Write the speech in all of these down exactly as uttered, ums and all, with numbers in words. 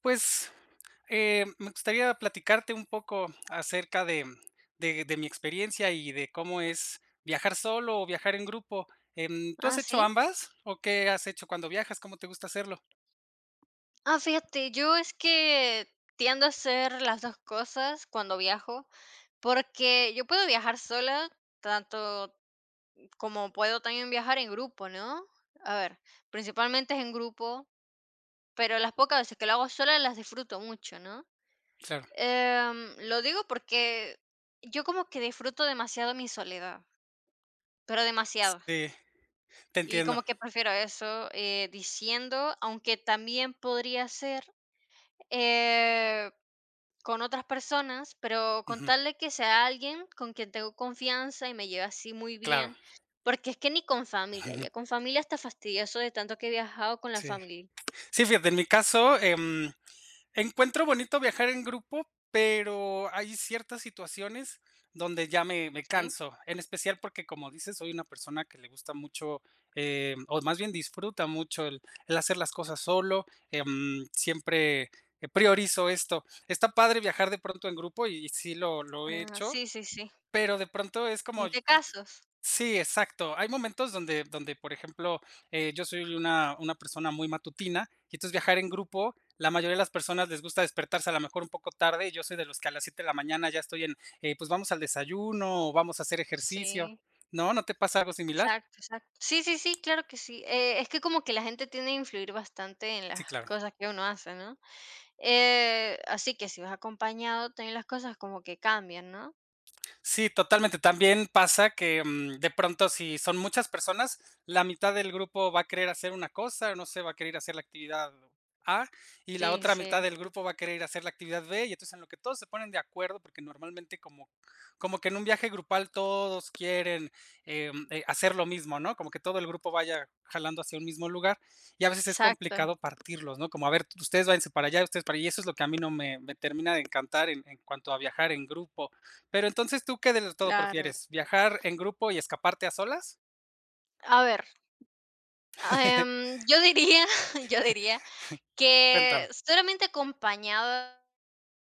Pues, eh, Me gustaría platicarte un poco acerca de de de mi experiencia y de cómo es viajar solo o viajar en grupo. Em, ¿tú has Ah, hecho ¿sí? ambas? ¿O qué has hecho cuando viajas? ¿Cómo te gusta hacerlo? Ah, fíjate, yo es que tiendo a hacer las dos cosas cuando viajo, porque yo puedo viajar sola, tanto como puedo también viajar en grupo, ¿no? A ver, principalmente es en grupo, pero las pocas veces que lo hago sola las disfruto mucho, ¿no? Claro. Em, lo digo porque yo como que disfruto demasiado mi soledad, pero demasiado. Sí, te Y entiendo. como que prefiero eso, eh, diciendo, aunque también podría ser, eh con otras personas, pero con Ujú, tal de que sea alguien con quien tengo confianza y me lleve así muy claro. bien, porque es que ni con familia, ya con familia está fastidioso de tanto que he viajado con la Sí. familia. Sí, fíjate, en mi caso, em, encuentro bonito viajar en grupo, pero hay ciertas situaciones donde ya me me Sí. canso, en especial porque, como dices, soy una persona que le gusta mucho, eh, o más bien disfruta mucho el el hacer las cosas solo, em, siempre, eh, priorizo esto. Está padre viajar de pronto en grupo y y sí lo lo he Ah, hecho, sí, sí, sí. pero de pronto es como. ¿En qué casos? Sí, exacto. Hay momentos donde donde, por ejemplo, eh, yo soy una una persona muy matutina, y entonces viajar en grupo, la mayoría de las personas les gusta despertarse a lo mejor un poco tarde, y yo soy de los que a las siete de la mañana ya estoy en, eh, pues, vamos al desayuno, o vamos a hacer ejercicio, Sí, ¿no? ¿No te pasa algo similar? exacto, exacto. Sí, sí, sí, claro que sí. Eh, es que como que la gente tiende a influir bastante en Sí, las claro. cosas que uno hace, ¿no? Eh, así que si vas acompañado, también las cosas como que cambian, ¿no? Sí, totalmente. También pasa que, mm, de pronto, si son muchas personas, la mitad del grupo va a querer hacer una cosa, no sé, va a querer hacer la actividad A, y la Sí, otra sí, mitad del grupo va a querer ir a hacer la actividad B, y entonces en lo que todos se ponen de acuerdo, porque normalmente como como que en un viaje grupal todos quieren, em, eh, hacer lo mismo, ¿no? Como que todo el grupo vaya jalando hacia un mismo lugar, y a veces es exacto, complicado partirlos, ¿no? Como, a ver, ustedes váyanse para allá, ustedes para allá. Y eso es lo que a mí no me me termina de encantar en en cuanto a viajar en grupo, pero entonces, ¿tú qué de todo claro. prefieres? ¿Viajar en grupo y escaparte a solas? A ver. Ah, em, yo diría yo diría Cuéntame. que solamente acompañado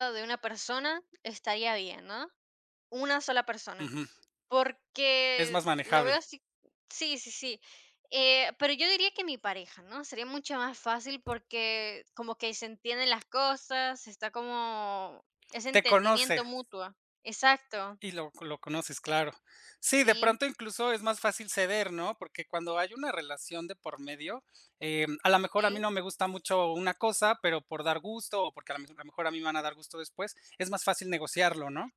de una persona estaría bien, ¿no? Una sola persona, Ujú. Es porque más lo veo manejable. así. Sí, sí, sí, eh, pero yo diría que mi pareja, ¿no? Sería mucho más fácil porque como que se entienden las cosas, está como ese Te conoce entendimiento mutuo. Exacto, y lo lo conoces, claro. Sí, de sí, pronto incluso es más fácil ceder, ¿no? Porque cuando hay una relación de por medio, em, a lo mejor a mí sí. no me gusta mucho una cosa, pero por dar gusto o porque a la a la mejor a mí me van a dar gusto después, es más fácil negociarlo, ¿no?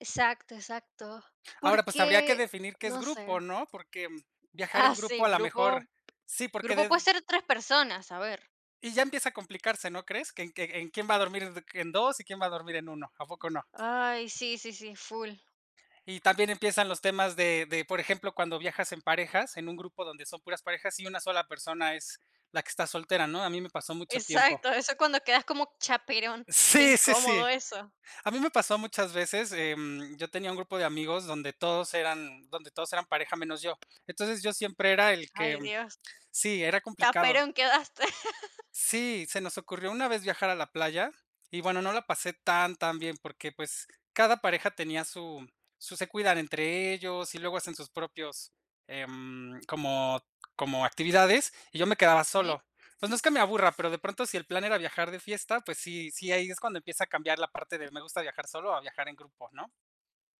Exacto, exacto. Ahora, pues habría que Porque, definir qué es no sé. grupo, ¿no? Porque mm, viajar en Ah, grupo sí, a lo mejor grupo. sí, porque Grupo de. puede ser tres personas, a ver. Y ya empieza a complicarse, ¿no crees? Que en que en quién va a dormir en en dos y quién va a dormir en uno, ¿a poco no? Ay, sí, sí, sí, full. Y también empiezan los temas de de, por ejemplo, cuando viajas en parejas, en un grupo donde son puras parejas y una sola persona es la que está soltera, ¿no? A mí me pasó mucho tiempo. Exacto, eso cuando quedas como chaperón, qué Sí, sí, incómodo sí. eso. A mí me pasó muchas veces, em, yo tenía un grupo de amigos donde todos eran donde todos eran pareja menos yo. Entonces, yo siempre era el que Ay, Dios, sí, era complicado. chaperón quedaste. Sí, se nos ocurrió una vez viajar a la playa y bueno, no la pasé tan, tan bien porque pues cada pareja tenía su, su se cuidan entre ellos y luego hacen sus propios em, como, como actividades y yo me quedaba Sí, solo. Pues no es que me aburra, pero de pronto si el plan era viajar de fiesta, pues sí, sí, ahí es cuando empieza a cambiar la parte de me gusta viajar solo a viajar en grupo, ¿no?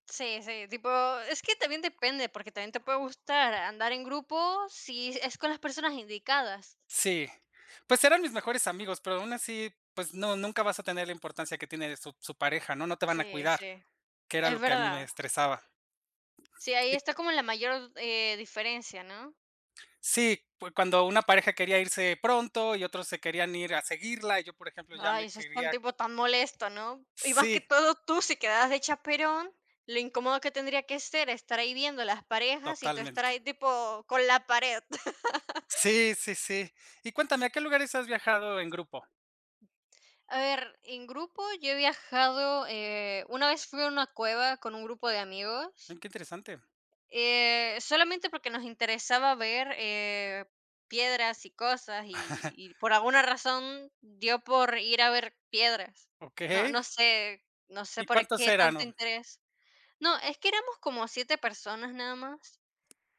sí, sí, tipo, es que también depende, porque también te puede gustar andar en grupo si es con las personas indicadas. Sí, pues eran mis mejores amigos, pero aún así, pues no, nunca vas a tener la importancia que tiene su, su pareja, ¿no? No te van a Sí, cuidar, sí, que era es lo que a mí me verdad. estresaba. Sí, ahí Y está como la mayor, eh, diferencia, ¿no? sí, pues, cuando una pareja quería irse pronto y otros se querían ir a seguirla, y yo, por ejemplo, ya me Ay, eso es tan quería. tipo tan molesto, ¿no? Y más que Sí, todo tú si quedas de chaperón, lo incómodo que tendría que ser estar ahí viendo las parejas y tú estar totalmente. ahí tipo con la pared. Sí, sí, sí. Y cuéntame, ¿a qué lugares has viajado en grupo? A ver, en grupo yo he viajado, eh, una vez fui a una cueva con un grupo de Mm, amigos, qué interesante. eh, solamente porque nos interesaba ver, eh, piedras y cosas, y, y por alguna razón dio por ir a ver piedras. No, Okey. no sé, no sé ¿Y por cuántos qué eran? O tanto interés. No, es que éramos como siete personas nada más,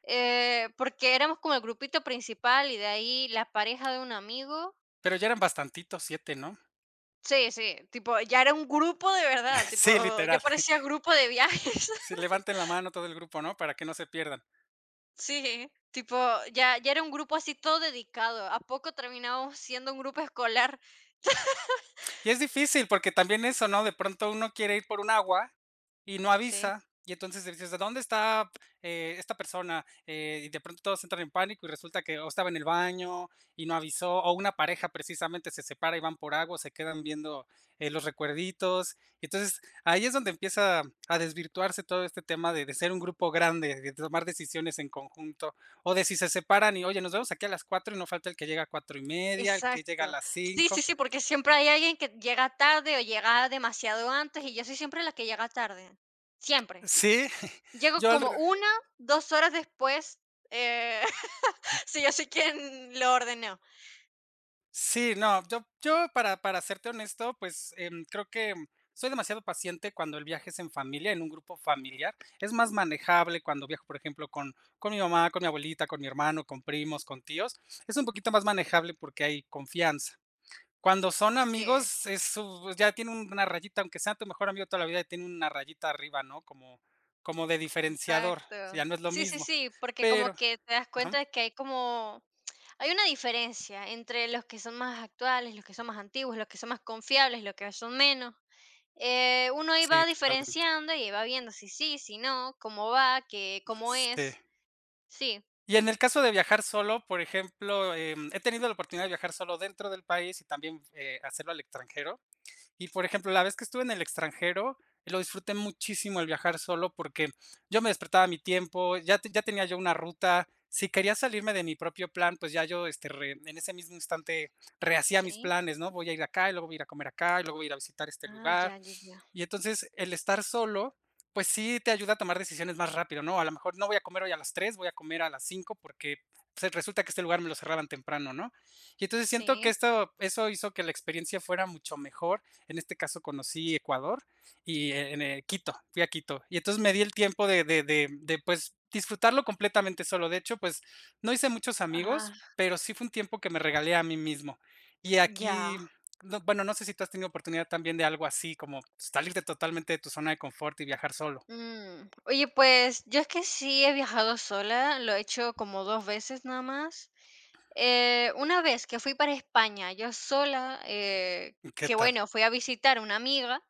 eh, porque éramos como el grupito principal y de ahí la pareja de un amigo. pero ya eran bastantitos, siete, ¿no? Sí, sí, tipo, ya era un grupo de verdad, tipo, Sí, ya literal. parecía grupo de viajes. Sí, levanten la mano todo el grupo, ¿no? Para que no se pierdan. Sí, tipo, ya ya era un grupo así todo dedicado, a poco terminábamos siendo un grupo escolar. Y es difícil porque también eso, ¿no? De pronto uno quiere ir por un agua y no Sí, avisa. Y entonces dices, ¿dónde está, eh, esta persona? Eh, y de pronto todos entran en pánico y resulta que o estaba en el baño y no avisó, o una pareja precisamente se separa y van por agua, se quedan viendo eh, los recuerditos. Y entonces ahí es donde empieza a desvirtuarse todo este tema de, de ser un grupo grande, de tomar decisiones en conjunto, o de si se separan y, oye, nos vemos aquí a las cuatro y no falta el que llega a cuatro y media, el que llega a exacto. las Sí, sí, cinco. sí, porque siempre hay alguien que llega tarde o llega demasiado antes y yo soy siempre la que llega tarde, siempre. Sí, Llego yo como al. una, dos horas después, eh, sí, yo soy quien lo ordenó. Sí, no, yo yo para para serte honesto, pues, em, creo que soy demasiado paciente cuando el viaje es en familia, en un grupo familiar. Es más manejable cuando viajo, por ejemplo, con con mi mamá, con mi abuelita, con mi hermano, con primos, con tíos. Es un poquito más manejable porque hay confianza. Cuando son Sí, amigos, es su ya tiene una rayita, aunque sea tu mejor amigo toda la vida, tiene una rayita arriba, ¿no? Como como de diferenciador, exacto. ya no es lo Sí, sí, mismo. sí, porque como Pero que te das ajá, cuenta de que hay como hay una diferencia entre los que son más actuales, los que son más antiguos, los que son más confiables, los que son menos. Eh, uno ahí sí, va totalmente. diferenciando y va viendo si sí, si no, cómo va, qué cómo Sí. es. Sí, Y en el caso de viajar solo, por ejemplo, em, he tenido la oportunidad de viajar solo dentro del país y también, eh, hacerlo al extranjero. Y, por ejemplo, la vez que estuve en el extranjero, lo disfruté muchísimo el viajar solo porque yo me despertaba a mi tiempo, ya te ya tenía yo una ruta. Si quería salirme de mi propio plan, pues ya yo, este, re en ese mismo instante rehacía mis sí. planes, ¿no? Voy a ir acá, y luego voy a ir a comer acá, y luego voy a ir a visitar este Ah, lugar. ya, ya, ya. Y entonces, el estar solo, pues sí te ayuda a tomar decisiones más rápido, ¿no? A lo mejor no voy a comer hoy a las tres, voy a comer a las cinco porque, pues, resulta que este lugar me lo cerraban temprano, ¿no? Y entonces siento que Sí. esto eso hizo que la experiencia fuera mucho mejor. En este caso conocí Ecuador y eh, en, eh, Quito, fui a Quito. Y entonces me di el tiempo de de de de, pues, disfrutarlo completamente solo. De hecho, pues, no hice muchos Ah, amigos, pero sí fue un tiempo que me regalé a mí mismo. Y aquí, ya. no, bueno, no sé si tú has tenido oportunidad también de algo así, como salirte totalmente de tu zona de confort y viajar solo. Mm, oye, pues yo es que sí he viajado sola, lo he hecho como dos veces nada más. Eh, una vez que fui para España, yo sola, eh, ¿Qué que tal? bueno, fui a visitar a una amiga,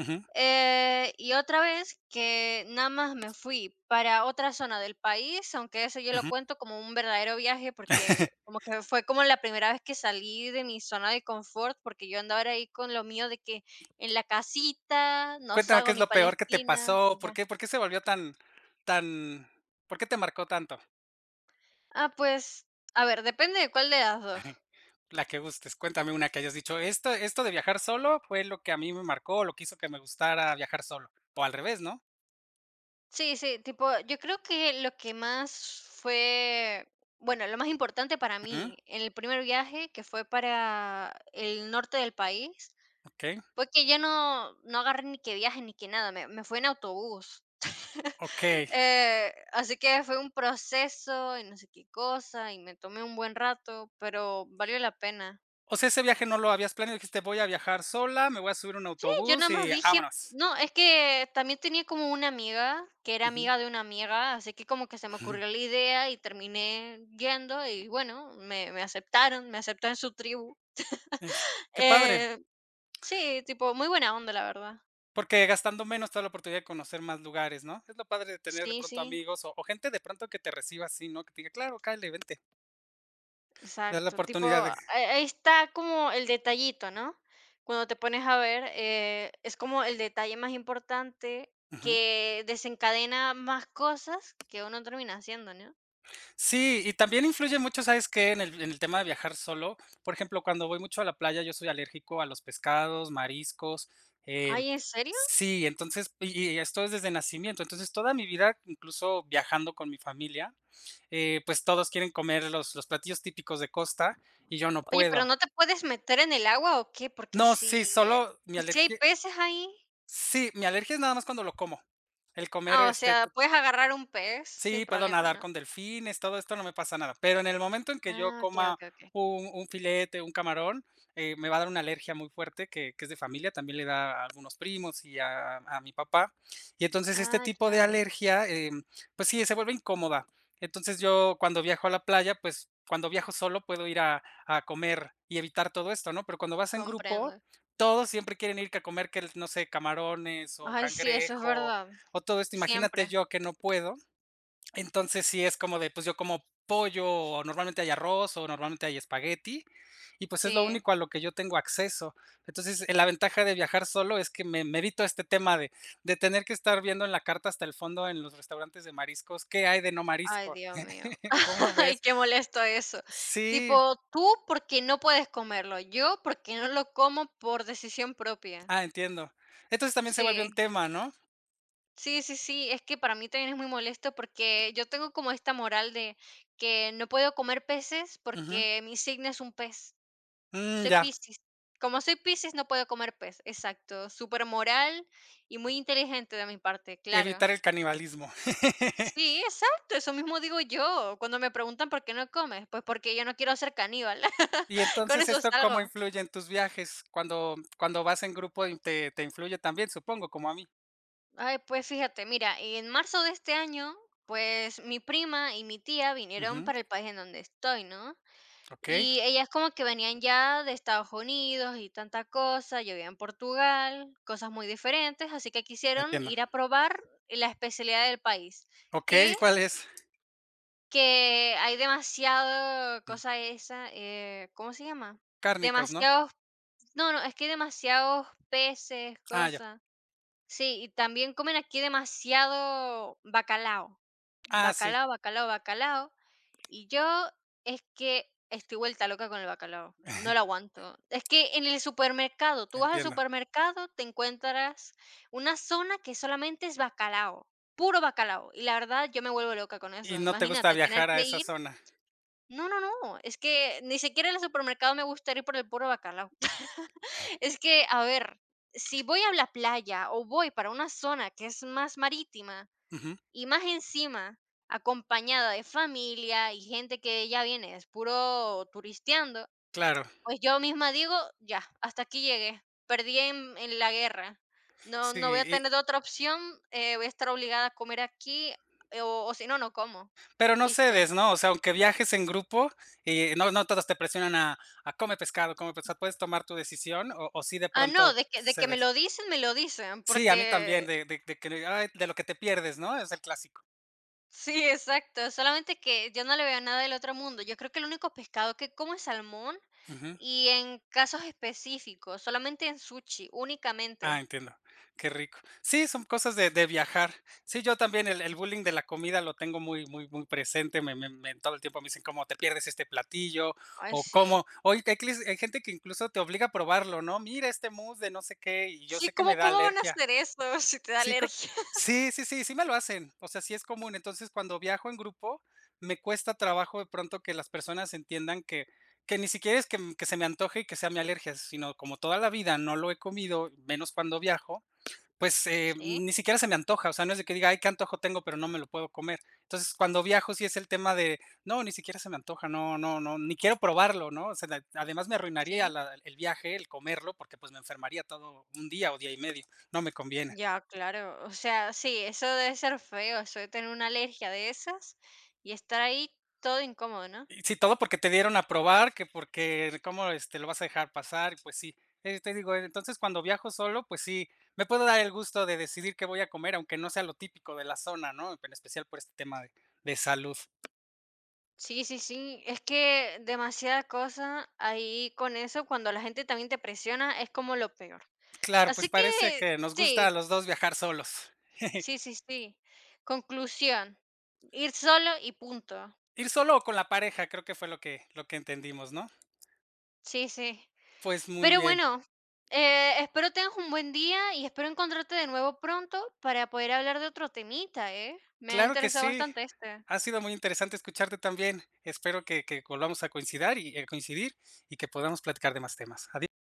Ujú, eh, y otra vez que nada más me fui para otra zona del país, aunque eso yo lo ujú. cuento como un verdadero viaje, porque como que fue como la primera vez que salí de mi zona de confort, porque yo andaba ahí con lo mío de que en la casita, no Cuéntame qué salgo es ni lo para la peor que te esquina, pasó, y ¿por ya. qué por qué se volvió tan tan por qué te marcó tanto? Ah, pues, a ver, depende de cuál de las dos. La que gustes. Cuéntame una que hayas dicho, esto esto de viajar solo fue lo que a mí me marcó, lo que hizo que me gustara viajar solo, o al revés, ¿no? Sí, sí, tipo, yo creo que lo que más fue, bueno, lo más importante para Ujú, mí en el primer viaje, que fue para el norte del país, okey, fue que yo no, no agarré ni que viaje ni que nada, me, me fui en autobús. okey. Eh, así que fue un proceso y no sé qué cosa, y me tomé un buen rato, pero valió la pena. O sea, ese viaje no lo habías planeado, dijiste: "Voy a viajar sola, me voy a subir a un Yo autobús nada más y dije vámonos". no, es que también tenía como una amiga, que era Ujú. amiga de una amiga, así que como que se me Ujú. ocurrió la idea y terminé yendo y bueno, me, me aceptaron, me aceptaron en su tribu. Es, qué padre, Eh, sí, tipo, muy buena onda, la verdad. porque gastando menos te da la oportunidad de conocer más lugares, ¿no? Es lo padre de tener de Sí, pronto sí, amigos o o gente de pronto que te reciba así, ¿no? Que te diga: "Claro, cáele, vente". Te da la exacto. Tipo, oportunidad de. a- ahí está como el detallito, ¿no? Cuando te pones a ver, eh, es como el detalle más importante Ujú. que desencadena más cosas que uno termina haciendo, ¿no? Sí, y también influye mucho, ¿sabes qué? En el en el tema de viajar solo. Por ejemplo, cuando voy mucho a la playa, yo soy alérgico a los pescados, mariscos, eh, Ay, ¿en serio? sí, entonces, y y esto es desde nacimiento. Entonces, toda mi vida, incluso viajando con mi familia, eh, pues, todos quieren comer los los platillos típicos de costa, y yo no Oye, pero, puedo. ¿no te puedes meter en el agua o qué? Porque No, sí, si eh, solo mi ¿Y si hay alergia, peces ahí? sí, mi alergia es nada más cuando lo como. El comer, Ah, o este. sea, puedes agarrar un pez sin Sí, puedo problema, nadar ¿no? con delfines, todo esto no me pasa nada, pero en el momento en que yo Ah, okey, coma okey, okey. un un filete, un camarón, eh, me va a dar una alergia muy fuerte que que es de familia, también le da a algunos primos y a a mi papá. Y entonces este Ah, tipo de ya, alergia, em, pues sí, se vuelve incómoda. Entonces yo cuando viajo a la playa, pues cuando viajo solo puedo ir a a comer y evitar todo esto, ¿no? Pero cuando vas en grupo, comprendo. todos siempre quieren ir que a comer que no sé, camarones o Ay, sí, eso es cangrejo verdad, o todo esto. Imagínate siempre, yo que no puedo. Entonces sí es como de, pues yo como pollo, o normalmente hay arroz, o normalmente hay espagueti, y pues es lo sí. único a lo que yo tengo acceso. Entonces, eh, la ventaja de viajar solo es que me me evito este tema de de tener que estar viendo en la carta hasta el fondo en los restaurantes de mariscos, ¿qué hay de no Ay, marisco? Dios mío. ¿Cómo Ay, ves? qué molesto eso. Sí, Tipo, tú porque no puedes comerlo, yo porque no lo como por decisión propia. ah, entiendo. Entonces también se vuelve un Sí. tema, ¿no? Sí, sí, sí, es que para mí también es muy molesto porque yo tengo como esta moral de que no puedo comer peces Ujú. porque mi signo es un pez, Mm, soy ya, Piscis. Como soy Piscis no puedo comer pez, exacto, súper moral y muy inteligente de mi parte, claro. evitar el canibalismo. Sí, exacto, eso mismo digo yo cuando me preguntan por qué no comes, pues porque yo no quiero ser caníbal, Y con entonces, eso ¿esto cómo salgo. influye en tus viajes? Cuando cuando vas en grupo y te te influye también, supongo, como a mí. Ay, pues fíjate, mira, en marzo de este año, pues mi prima y mi tía vinieron Ujú, para el país en donde estoy, ¿no? okey, Y ellas como que venían ya de Estados Unidos y tanta cosa, yo vivía en Portugal, cosas muy diferentes, así que quisieron entiendo. ir a probar la especialidad del país, Okey, que ¿y cuál es es? que hay demasiado Mm, cosa esa, eh, ¿cómo se llama? cárnicos, ¿no? Demasiados, no, no, es que hay demasiados peces, Ah, ya. cosas. Sí, y también comen aquí demasiado bacalao. Ah, sí, Bacalao, bacalao, bacalao. Y yo es que estoy vuelta loca con el bacalao. No lo aguanto. Es que en el supermercado, tú vas al entiendo. supermercado, te encuentras una zona que solamente es bacalao, puro bacalao. Y la verdad, yo me vuelvo loca con ¿Y eso. no te gusta Imagínate tener viajar a que esa ir. zona? No, no, no. Es que ni siquiera en el supermercado me gusta ir por el puro bacalao. Es que, a ver, si voy a la playa o voy para una zona que es más marítima Ujú, y más encima acompañada de familia y gente que ya viene, es puro turisteando, claro, pues yo misma digo, ya, hasta aquí llegué, perdí en, en la guerra, no, sí, no voy a y tener otra opción, eh, voy a estar obligada a comer aquí, eh, o, o si no, no como, pero no listo. cedes, ¿no? O sea, aunque viajes en grupo, y no, no todos te presionan a a come pescado, come pescado, puedes tomar tu decisión, o o sí de Ah, no, pronto de que, de que me cedes. lo dicen, me lo dicen, Sí, a mí también, porque. de de de que, ay, de lo que te pierdes, ¿no? Es el clásico. Sí, exacto. Solamente que yo no le veo nada del otro mundo. Yo creo que el único pescado que como es salmón Ujú. y en casos específicos, solamente en sushi, Ah, únicamente. entiendo. Qué rico. Sí, son cosas de de viajar. Sí, yo también el el bullying de la comida lo tengo muy muy muy presente, me me me todo el tiempo me dicen: "¿Cómo te pierdes este platillo?", Ay, o sí. "¿Cómo?". Hoy hay clis, hay gente que incluso te obliga a probarlo, ¿no? "Mira este mousse de no sé qué", y yo Sí, sé que me ¿cómo, da cómo van a alergia. hacer eso si te da Sí, co alergia? sí, sí, sí, sí me lo hacen, o sea, sí es común. Entonces, cuando viajo en grupo, me cuesta trabajo de pronto que las personas entiendan que que ni siquiera es que m que se me antoje y que sea mi alergia, sino como toda la vida no lo he comido, menos cuando viajo, pues, eh, Sí, ni siquiera se me antoja, o sea, no es de que diga: "Ay, qué antojo tengo, pero no me lo puedo comer". Entonces, cuando viajo, sí es el tema de: "No, ni siquiera se me antoja, no no no, ni quiero probarlo", ¿no? O sea, la además me arruinaría sí. la el viaje, el comerlo, porque, pues, me enfermaría todo un día o día y medio, no me conviene. Ya, claro. O sea, sí, eso debe ser feo, eso de tener una alergia de esas y estar ahí todo incómodo, ¿no? Y sí, todo porque te dieron a probar, que porque cómo, este, lo vas a dejar pasar, y pues sí. Eh, te digo, entonces, cuando viajo solo, pues sí, me puedo dar el gusto de decidir qué voy a comer, aunque no sea lo típico de la zona, ¿no? En especial por este tema de de salud. Sí, sí, sí. Es que demasiada cosa ahí con eso, cuando la gente también te presiona, es como lo peor. Claro, Así pues que parece que nos gusta a sí, los dos viajar solos. sí, sí, sí. Conclusión, ir solo y punto. Ir solo o con la pareja, creo que fue lo que lo que entendimos, ¿no? Sí, sí. Pues muy Pero bien. bueno, eh, espero tengas un buen día y espero encontrarte de nuevo pronto para poder hablar de otro temita, ¿eh? Me ha Claro que interesado sí. bastante este. Ha sido muy interesante escucharte también. Espero que que volvamos a coincidir y, a coincidir y que podamos platicar de más temas. Adi